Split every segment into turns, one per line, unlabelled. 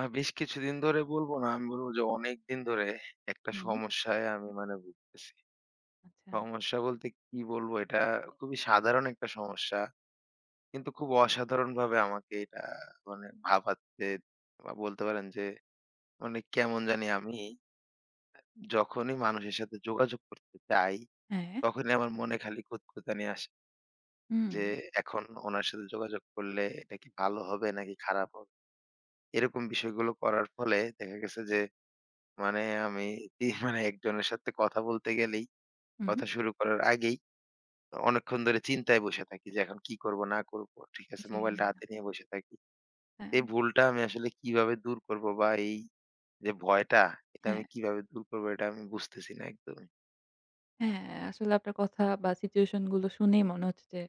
বেশ কিছুদিন ধরে বলবো না। আমি বলব যে অনেকদিন ধরে একটা
হুম,
সমস্যায় আমি মানে ভুগতেছি।
আচ্ছা।
সমস্যা বলতে কি বলবো? এটা খুবই সাধারণ একটা সমস্যা। কিন্তু খুব অসাধারণভাবে আমাকে এটা মানে ভাবাচ্ছে, বা বলতে পারেন যে মানে কেমন জানি আমি যখনই মানুষের সাথে যোগাযোগ করতে চাই,
হ্যাঁ।
তখনই আমার মনে খালি খুঁতখুঁতানি আসে
হুম,
যে এখন ওনার সাথে যোগাযোগ করলে এটা কি ভালো হবে নাকি খারাপ হবে? এরকম বিষয়গুলো করার ফলে দেখা গেছে যে মানে আমি মানে একজনের সাথে কথা বলতে গেলেই,
হুম।
কথা শুরু করার আগেই অনেকক্ষণ ধরে চিন্তায় বসে থাকি যে এখন কি করব না করব। ঠিক আছে?
জি,
মোবাইলটা হাতে নিয়ে বসে থাকি।
হ্যাঁ,
এই ভুলটা আমি আসলে কিভাবে দূর করব, বা এই যে ভয়টা, এটা
হ্যাঁ।
আমি কিভাবে দূর করব এটা আমি বুঝতেছি না একদমই।
হ্যাঁ, আসলে আপনার কথা বা সিচুয়েশন গুলো শুনেই মনে হচ্ছে যে,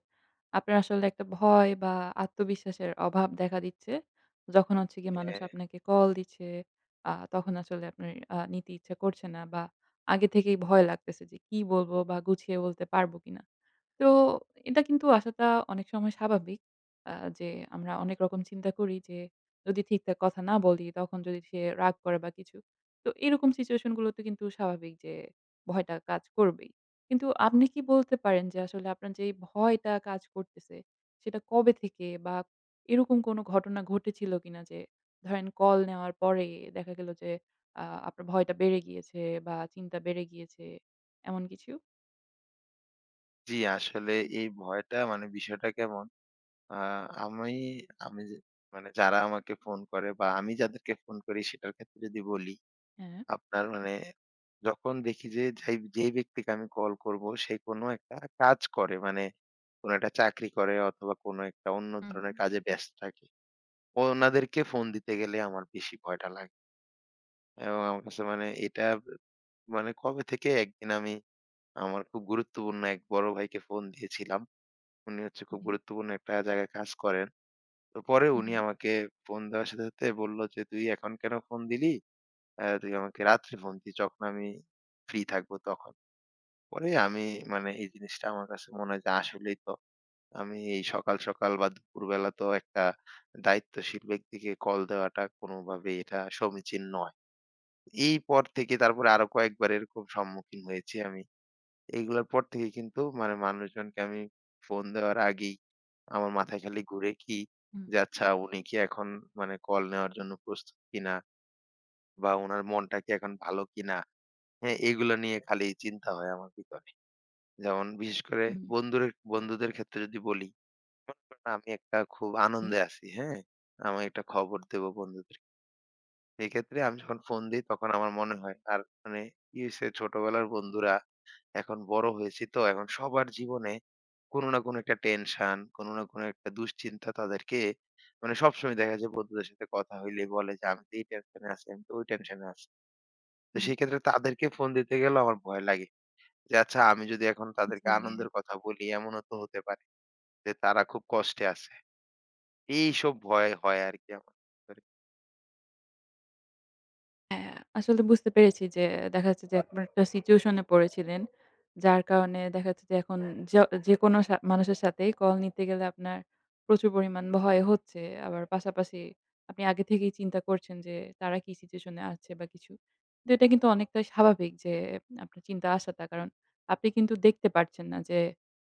আপনার আসলে একটা ভয় বা আত্মবিশ্বাসের অভাব দেখা দিচ্ছে। যখন হচ্ছে গিয়ে মানুষ
হ্যাঁ,
আপনাকে কল দিচ্ছে, তখন আসলে আপনার নিতে ইচ্ছা করছে না বা আগে থেকেই ভয় লাগতেছে যে কি বলবো বা গুছিয়ে বলতে পারবো কিনা। তো এটা কিন্তু আসাটা অনেক সময় স্বাভাবিক। আ যে আমরা অনেক রকম চিন্তা করি যে যদি ঠিকঠাক কথা না বলি তখন যদি সে রাগ করে বা কিছু। তো এরকম সিচুয়েশন গুলোতে কিন্তু স্বাভাবিক যে ভয়টা কাজ করবেই। কিন্তু আপনি কি বলতে পারেন যে আসলে আপনার যে এই ভয়টা কাজ করতেছে সেটা কবে থেকে বা এরকম কোনো ঘটনা ঘটেছিল কিনা যে ধরেন কল নেওয়ার পরে দেখা গেল যে আপনার ভয়টা বেড়ে গিয়েছে বা চিন্তা বেড়ে গিয়েছে এমন কিছু?
জি আসলে এই ভয়টা মানে বিষয়টা কেমন? আ আমি আমি যে মানে যারা আমাকে ফোন করে বা আমি যাদেরকে ফোন করি, সেটার ক্ষেত্রে যদি বলি,
হ্যাঁ।
আপনার মানে যখন দেখি যে যেই ব্যক্তিকে আমি কল করব সে কোনো একটা কাজ করে। মানে কোনো একটা চাকরি করে অথবা কোনো একটা অন্য
হুম।
ধরনের কাজে ব্যস্ত থাকে। ওনাদেরকে ফোন দিতে গেলে আমার বেশি ভয়টা লাগে। এবং আমার কাছে মানে এটা মানে কবে থেকে একদিন আমি আমার খুব গুরুত্বপূর্ণ এক বড় ভাইকে ফোন দিয়েছিলাম। উনি হচ্ছে খুব
জি।
গুরুত্বপূর্ণ একটা জায়গায় কাজ করেন। তো পরে
হুম,
উনি
হুম,
আমাকে ফোন দেওয়ার সাথে, সাথে বলল যে, "তুই এখন কেন ফোন দিলি? তুই আমাকে রাত্রে ফোন দিস, যখন আমি ফ্রি থাকবো তখন।" পরে আমি মানে এই জিনিসটা আমার কাছে মনে হয় যে আসলেই তো আমি এই সকাল সকাল বা দুপুরবেলা তো একটা দায়িত্বশীল ব্যক্তিকে কল দেওয়াটা কোনোভাবে এটা সমীচীন নয়। এই পর থেকে তারপরে আরো কয়েকবার এরকম সম্মুখীন হয়েছি আমি। এগুলোর পর থেকে কিন্তু মানে মানুষজনকে আমি ফোন দেওয়ার আগেই আমার মাথায় খালি ঘুরে কি, যে আচ্ছা উনি কি এখন মানে কল নেওয়ার জন্য প্রস্তুত কিনা, বা উনার মনটা কি এখন ভালো কিনা? হ্যাঁ, এগুলো নিয়ে খালি চিন্তা হয় আমার ভিতরে। যেমন বিশেষ করে
হুম,
বন্ধুরে বন্ধুদের ক্ষেত্রে যদি বলি, মনে করেন আমি একটা খুব
জি,
আনন্দে আছি, হ্যাঁ? আমি একটা খবর দেবো বন্ধুদের। সেক্ষেত্রে আমি যখন ফোন দেই তখন আমার মনে হয় আর মানে কি হইছে, ছোটবেলার বন্ধুরা এখন বড় হয়েছি, তো এখন সবার জীবনে কোনো না কোনো একটা টেনশন, কোনো না কোনো একটা দুশ্চিন্তা তাদেরকে মানে সবসময় দেখা যায় বন্ধুদের সাথে কথা হইলে বলে যে, "আমি তো এই টেনশনে আছি, আমি তো ওই টেনশনে আছি।" তো
হুম,
সেক্ষেত্রে তাদেরকে ফোন দিতে গেলেও আমার ভয় লাগে যে, আচ্ছা আমি যদি এখন তাদেরকে
জি।
আনন্দের কথা বলি, এমনও তো হতে পারে যে তারা খুব কষ্টে আছে। এইসব ভয় হয় আরকি আমার ভিতরে।
হ্যাঁ, আসলে বুঝতে পেরেছি যে দেখা যাচ্ছে যে আপনার একটা সিচুয়েশন এ পড়েছিলেন। যার কারণে দেখা যাচ্ছে যে এখন য যেকোনো মানুষের সাথেই কল নিতে গেলে আপনার প্রচুর পরিমাণ ভয় হচ্ছে। আবার পাশাপাশি আপনি আগে থেকেই চিন্তা করছেন যে তারা কি সিচুয়েশন এ আছে বা কিছু। তো এটা কিন্তু অনেকটাই স্বাভাবিক যে আপনার চিন্তা আসাটা। কারণ আপনি কিন্তু দেখতে পারছেন না যে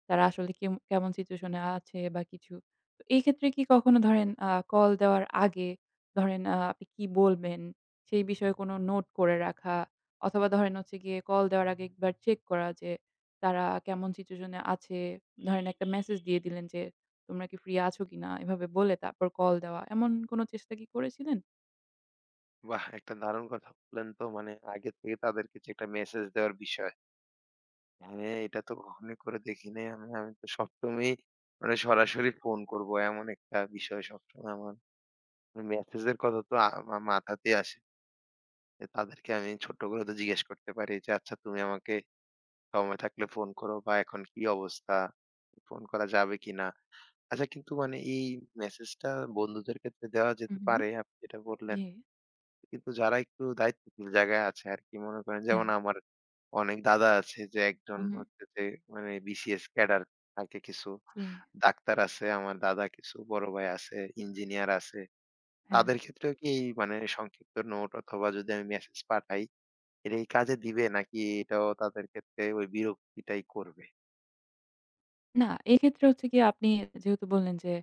তারা আসলে কেমন সিচুয়েশন এ আছে বা কিছু। তো এই ক্ষেত্রে কি কখনো ধরেন কল দেওয়ার আগে ধরেন আপনি কি বলবেন? সেই বিষয়ে কোনো নোট করে রাখা অথবা ধরেন হচ্ছে গিয়ে কল দেওয়ার আগে একবার চেক করা যে তারা কেমন সিচুয়েশন এ আছে। ধরেন একটা মেসেজ দিয়ে দিলেন যে, "তোমরা কি ফ্রি আছো কিনা?" এভাবে বলে তারপর কল দেওয়া। এমন কোনো চেষ্টা কি করেছিলেন?
বাহ! একটা দারুণ কথা বললেন তো, মানে আগে থেকে তাদেরকে যে একটা মেসেজ দেওয়ার বিষয়। হ্যাঁ, এটা তো কখনোই করে দেখি নাই আমি। আমি তো সবসময়ই মানে সরাসরি ফোন করব এমন একটা বিষয় সবসময় আমার। মেসেজের কথা তো আমার মাথাতেই আসে। যে তাদেরকে আমি ছোট্ট করে তো জিজ্ঞেস করতে পারি যে, "আচ্ছা তুমি আমাকে সময় থাকলে ফোন করো, বা এখন কি অবস্থা? ফোন করা যাবে কিনা?" আচ্ছা, কিন্তু মানে এই মেসেজটা বন্ধুদের ক্ষেত্রে দেওয়া যেতে
হুম, হুম।
পারে আপনি যেটা বললেন।
জি।
কিন্তু যারা একটু দায়িত্বশীল জায়গায় আছে আরকি, মনে করেন যেমন
হ্যাঁ।
আমার অনেক দাদা আছে, যে একজন
হুম,
হচ্ছে যে মানে বিসিএস ক্যাডার থাকে কিছু,
জি।
ডাক্তার আছে আমার দাদা কিছু, বড় ভাই আছে, ইঞ্জিনিয়ার আছে।
হ্যাঁ।
তাদের ক্ষেত্রেও কি এই মানে সংক্ষিপ্ত নোট, অথবা যদি আমি মেসেজ পাঠাই, এটা কি কাজে দিবে নাকি এটাও তাদের ক্ষেত্রে ওই বিরক্তিটাই করবে?
না, এক্ষেত্রে হচ্ছে গিয়ে আপনি যেহেতু বললেন যে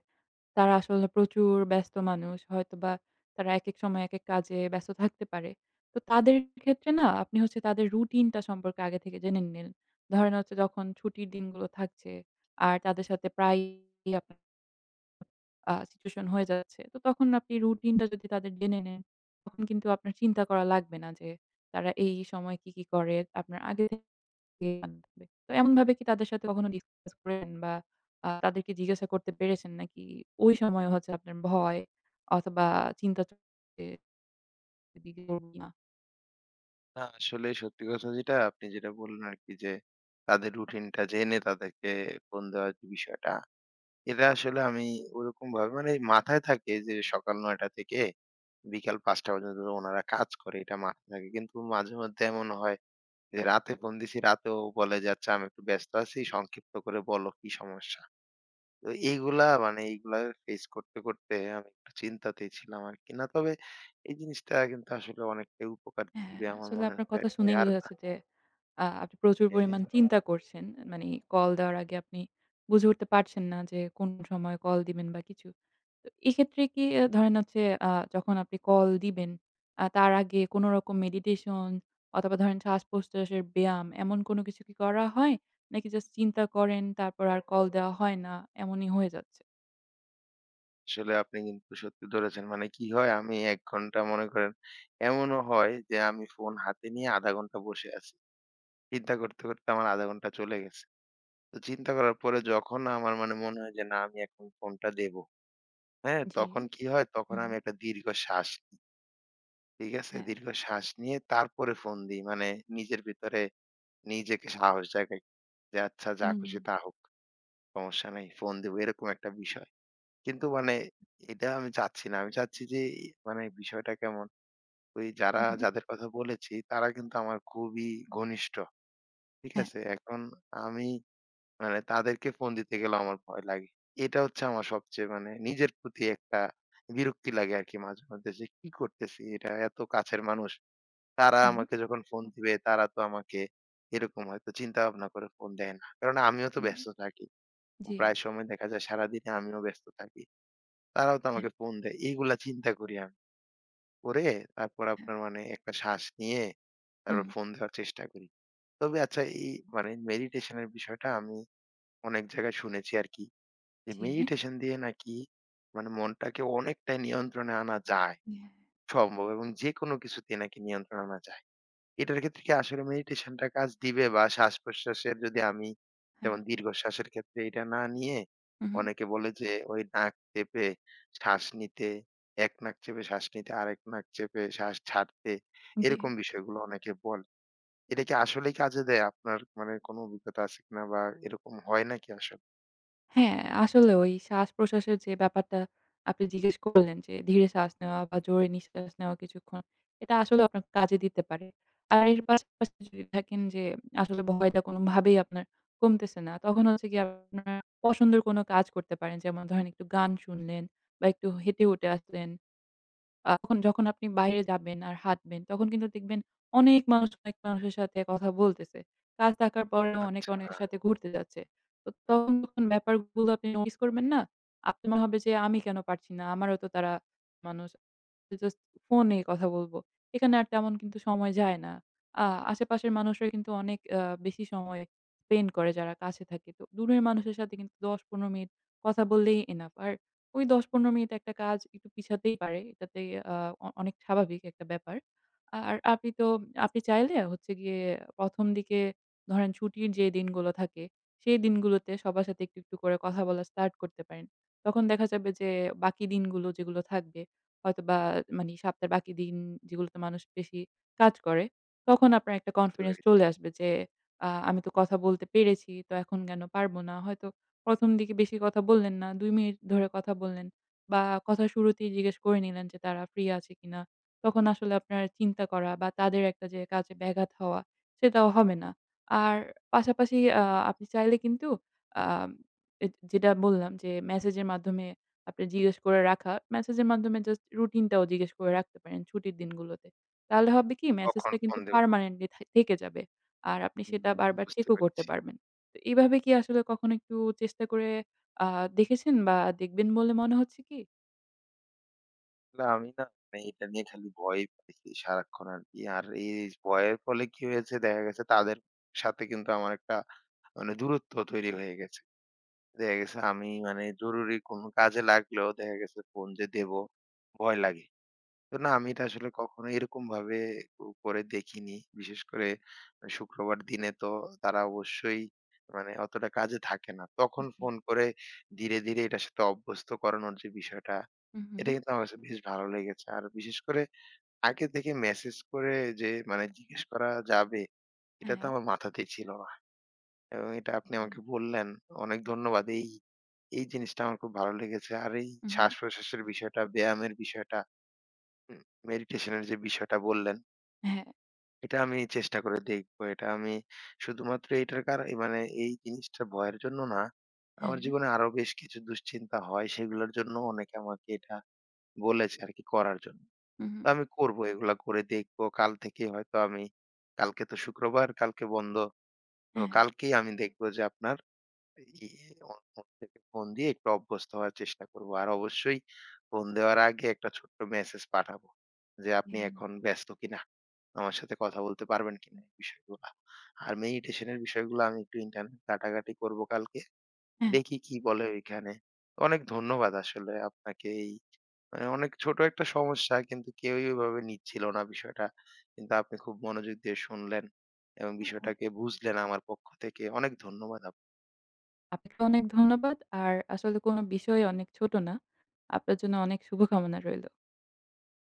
তারা আসলে প্রচুর ব্যস্ত মানুষ। হয়তোবা তারা একেক সময় একেক কাজে ব্যস্ত থাকতে পারে। তো তাদের ক্ষেত্রে না আপনি হচ্ছে তাদের রুটিনটা সম্পর্কে আগে থেকে জেনে নিলেন। ধরেন হচ্ছে যখন ছুটির দিনগুলো থাকছে আর তাদের সাথে প্রায়ই আপনার সিচুয়েশন হয়ে যাচ্ছে। তো তখন আপনি রুটিনটা যদি তাদের জেনে নেন, তখন কিন্তু আপনার চিন্তা করা লাগবে না যে তারা এই সময় কি, কি করে? আপনার আগে দিয়ে বানাতে হবে। তো এমনভাবে কি তাদের সাথে কখনো ডিসকাস করেন বা তাদেরকে জিজ্ঞাসা করতে পেরেছেন নাকি ওই সময় হচ্ছে আপনার ভয় অথবা চিন্তা চলছে এদিকে করব কিনা?
না, আসলে সত্যি কথা যেটা আপনি যেটা বললেন আরকি যে, তাদের রুটিনটা জেনে তাদেরকে ফোন দেওয়ার যে বিষয়টা, এটা আসলে আমি ওরকমভাবে মানে মাথায় থাকে যে সকাল ৯:০০ থেকে বিকাল ৫:০০ পর্যন্ত ওনারা কাজ করে, এটা মাথায় থাকে। কিন্তু মাঝে মধ্যে এমন হয় যে রাতে ফোন দিছি, রাতেও বলে যে, "আচ্ছা আমি একটু ব্যস্ত আছি, সংক্ষিপ্ত করে বলো কি সমস্যা?" তো এইগুলা ফেস করতে, করতে আমি একটু চিন্তাতেই ছিলাম আরকি। না, তবে এই জিনিসটা কিন্তু আসলে অনেকটাই উপকার
হ্যাঁ,
দিবে আমার
আসলে
মনে
আপনার
হচ্ছে
কথা
আরকি, যে
শুনেই
আর
বোঝা যাচ্ছে যে আপনি প্রচুর
হ্যাঁ,
পরিমাণ চিন্তা করছেন। মানে কল দেওয়ার আগে আপনি বুঝে উঠতে পারছেন না যে কোন সময় কল দিবেন বা কিছু। তো এক্ষেত্রে কি ধরেন হচ্ছে আ যখন আপনি কল দিবেন, তার আগে কোন রকম মেডিটেশন অথবা ধরেন শ্বাস-প্রশ্বাসের ব্যায়াম এমন কোন কিছু কি করা হয়? নাকি জাস্ট চিন্তা করেন তারপর আর কল দেওয়া হয় না, এমনই হয়ে যাচ্ছে?
আসলে আপনি কিন্তু সত্যি ধরেছেন। মানে কি হয়, আমি ১ ঘন্টা মনে করেন, এমনও হয় যে আমি ফোন হাতে নিয়ে আধা ঘন্টা বসে আছি। চিন্তা করতে, করতে আমার আধা ঘন্টা চলে গেছে। তো চিন্তা করার পরে যখন আমার মানে মনে হয় যে না, আমি এখন ফোনটা দেব। হ্যাঁ?
জি।
তখন কি হয়, তখন
হুম,
আমি একটা দীর্ঘ শ্বাস নিই। ঠিক আছে?
হ্যাঁ।
দীর্ঘ শ্বাস নিয়ে তারপরে ফোন দিই। মানে নিজের ভিতরে নিজেকে সাহস জাগাই, যে আচ্ছা যা
হুম,
খুশি তা হোক। সমস্যা নাই। ফোন দিব, এরকম একটা বিষয়। কিন্তু মানে এটা আমি চাচ্ছি না। আমি চাচ্ছি যে মানে বিষয়টা কেমন? ওই
হু,
যারা,
হুম।
যাদের কথা বলেছি, তারা কিন্তু আমার খুবই ঘনিষ্ঠ। ঠিক
হ্যাঁ,
আছে? এখন আমি মানে তাদেরকে ফোন দিতে গেলেও আমার ভয় লাগে। এটা হচ্ছে আমার সবচেয়ে মানে নিজের প্রতি একটা বিরক্তি লাগে আরকি মাঝে মধ্যে, যে কি করতেছি? এটা এত কাছের মানুষ। তারা
হ্যাঁ।
আমাকে যখন ফোন দিবে তারা তো আমাকে এরকম হয়তো চিন্তা ভাবনা করে ফোন দেয় না। কারণ আমিও তো
হুম,
ব্যস্ত থাকি।
জি।
প্রায় সময় দেখা যায় সারাদিনে আমিও ব্যস্ত থাকি। তারাও তো
হ্যাঁ,
আমাকে ফোন দেয়। এইগুলা চিন্তা করি আমি। করে তারপর
হ্যাঁ।
আপনার মানে একটা শ্বাস নিয়ে তারপর
হুম,
ফোন দেওয়ার চেষ্টা করি। তবে আচ্ছা এই মানে মেডিটেশন এর বিষয়টা আমি অনেক জায়গায় শুনেছি আরকি। যে
জি।
মেডিটেশন দিয়ে নাকি মানে মনটাকে অনেকটাই নিয়ন্ত্রণে আনা যায়
হ্যাঁ,
সম্ভব, এবং যেকোনো কিছুতে নাকি নিয়ন্ত্রণে আনা যায়। এটার ক্ষেত্রে কি আসলে মেডিটেশনটা কাজ দিবে, বা শ্বাস-প্রশ্বাসের যদি আমি,
হ্যাঁ।
যেমন দীর্ঘশ্বাসের ক্ষেত্রে এটা না নিয়ে
হুম,
অনেকে বলে যে ওই নাক চেপে শ্বাস নিতে, এক নাক চেপে শ্বাস নিতে, আরেক নাক চেপে শ্বাস ছাড়তে,
জি।
এরকম বিষয়গুলো অনেকে বলে। এটা কি আসলেই কাজে দেয়? আপনার মানে কোনো অভিজ্ঞতা আছে কিনা, বা এরকম হয় নাকি আসলে?
হ্যাঁ, আসলে ওই শ্বাস-প্রশ্বাসের যে ব্যাপারটা আপনি জিজ্ঞেস করলেন যে ধীরে শ্বাস নেওয়া বা জোরে নিঃশ্বাস নেওয়া কিছুক্ষণ, এটা আসলেও আপনার কাজে দিতে পারে। আর এর পাশাপাশি যদি থাকেন যে আসলে ভয়টা কোনোভাবেই আপনার কমতেছে না, তখন হচ্ছে গিয়ে আপনার পছন্দের কোনো কাজ করতে পারেন। যেমন ধরেন একটু গান শুনলেন বা একটু হেঁটে, উটে আসলেন। তখন যখন আপনি বাইরে যাবেন আর হাঁটবেন, তখন কিন্তু দেখবেন অনেক মানুষ অনেক মানুষের সাথে কথা বলতেছে। কাজ থাকার পরেও
আচ্ছা,
অনেকে অনেকের সাথে ঘুরতে যাচ্ছে। তো তখন যখন ব্যাপারগুলো আপনি নোটিস করবেন না? আপনার মনে হবে যে আমি কেন পারছি না? আমারও তো তারা মানুষ। জাস্ট ফোনে কথা বলব। এখানে আর তেমন কিন্তু সময় যায় না। আ আশেপাশের মানুষরা কিন্তু অনেক বেশি সময় স্পেন্ড করে যারা কাছে থাকে। তো দূরের মানুষের সাথে কিন্তু ১০-১৫ মিনিট কথা বললেই এনাফ। আর ওই ১০-১৫ মিনিট একটা কাজ একটু পিছাতেই পারে। এটাতে আ অ অনেক স্বাভাবিক একটা ব্যাপার। আর আপনি তো আপনি চাইলে হচ্ছে গিয়ে ১ম দিকে ধরেন ছুটির যে দিনগুলো থাকে, সেই দিনগুলোতে সবার সাথে একটু, একটু করে কথা বলা স্টার্ট করতে পারেন। তখন দেখা যাবে যে বাকি দিনগুলো যেগুলো থাকবে হয়তোবা মানে সপ্তাহের বাকি দিন যেগুলোতে মানুষ বেশি কাজ করে, তখন আপনার একটা
বুঝতে
কনফিডেন্স
পেরেছি।
চলে আসবে যে আমি তো কথা বলতে পেরেছি, তো এখন কেন পারব না? হয়তো ১ম দিকে বেশি কথা বললেন না। ২ মিনিট ধরে কথা বললেন বা কথার শুরুতেই জিজ্ঞেস করে নিলেন যে তারা ফ্রি আছে কিনা। তখন আসলে আপনার চিন্তা করা বা তাদের একটা যে কাজে ব্যাঘাত হওয়া সেটাও হবে না। আর পাশাপাশি আপনি চাইলে কিন্তু আম এ যেটা বললাম যে মেসেজের মাধ্যমে আপনি জিজ্ঞেস করে রাখা, মেসেজের মাধ্যমে জাস্ট রুটিনটাও জিজ্ঞেস করে রাখতে পারেন ছুটির দিনগুলোতে। তাহলে হবে কি
কখন
মেসেজটা
ফোন
কিন্তু
দেব?
পার্মানেন্টলি থেকে যাবে। আর আপনি
হুম,
সেটা বারবার
বুঝতে
চেকও করতে
পেরেছি।
পারবেন। তো এভাবে কি আসলে কখনো একটু চেষ্টা করে আ দেখেছেন বা দেখবেন বলে মনে হচ্ছে কি?
না, আমি না মানে এটা নিয়ে খালি ভয়ই পাইছি সারাক্ষণ আরকি। আর এই ভয়ের ফলে কি হয়েছে, দেখা গেছে তাদের সাথে কিন্তু আমার একটা মানে দূরত্ব তৈরি হয়ে গেছে। দেখা গেছে আমি মানে জরুরি কোনো কাজে লাগলেও দেখা গেছে ফোন যে দেব, ভয় লাগে। তো না, আমি এটা আসলে কখনো এরকম ভাবে করে দেখিনি। বিশেষ করে মানে শুক্রবার দিনে তো তারা অবশ্যই মানে অতটা কাজে থাকে না। তখন
জি।
ফোন করে ধীরে, ধীরে এটার সাথে অভ্যস্ত করানোর যে বিষয়টা,
হু, হু।
এটা কিন্তু আমার কাছে বেশ ভালো লেগেছে। আর বিশেষ করে আগে থেকে মেসেজ করে যে মানে জিজ্ঞেস করা যাবে, এটা তো
হ্যাঁ।
আমার মাথাতেই ছিল না। এবং এটা আপনি
হ্যাঁ।
আমাকে বললেন। অনেক ধন্যবাদ। এই জিনিসটা আমার খুব ভালো লেগেছে। আর এই
হু, হু।
শ্বাস-প্রশ্বাসের বিষয়টা, ব্যায়ামের বিষয়টা, হুম, মেডিটেশন এর যে বিষয়টা বললেন,
হ্যাঁ,
এটা আমি চেষ্টা করে দেখবো। এটা আমি শুধুমাত্র এটার কারণ মানে এই জিনিসটা ভয়ের জন্য না। আমার
হ্যাঁ,
জীবনে আরো বেশ কিছু দুশ্চিন্তা হয়। সেগুলোর জন্য অনেকে আমাকে এটা বলেছে আরকি করার জন্য।
হু, হু।
তো আমি করবো, এগুলা করে দেখবো। কাল থেকে হয়তো আমি, কালকে তো শুক্রবার, কালকে বন্ধ। তো
হ্যাঁ।
কালকেই আমি দেখবো যে আপনার ই ফোন থেকে ফোন দিয়ে একটু অভ্যস্ত হওয়ার চেষ্টা করবো। আর অবশ্যই ফোন দেওয়ার আগে একটা ছোট্ট মেসেজ পাঠাবো যে, "আপনি
হ্যাঁ।
এখন ব্যস্ত কিনা? আমার সাথে কথা বলতে পারবেন কিনা?" এই বিষয়গুলা। আর মেডিটেশন এর বিষয়গুলো আমি একটু ইন্টারনেট ঘাটাঘাটি করবো কালকে। দেখি কি বলে ওইখানে। অনেক ধন্যবাদ আসলে আপনাকে। এই মানে অনেক ছোট একটা সমস্যা, কিন্তু কেউই ওইভাবে নিচ্ছিল না বিষয়টা। কিন্তু আপনি খুব মনোযোগ দিয়ে শুনলেন এবং
হ্যাঁ, হ্যাঁ।
বিষয়টাকে বুঝলেন আমার পক্ষ থেকে। অনেক ধন্যবাদ।
আপনাকে অনেক ধন্যবাদ। আর আসলে কোনো বিষয় অনেক ছোট না। আপনার জন্য অনেক শুভকামনা রইল।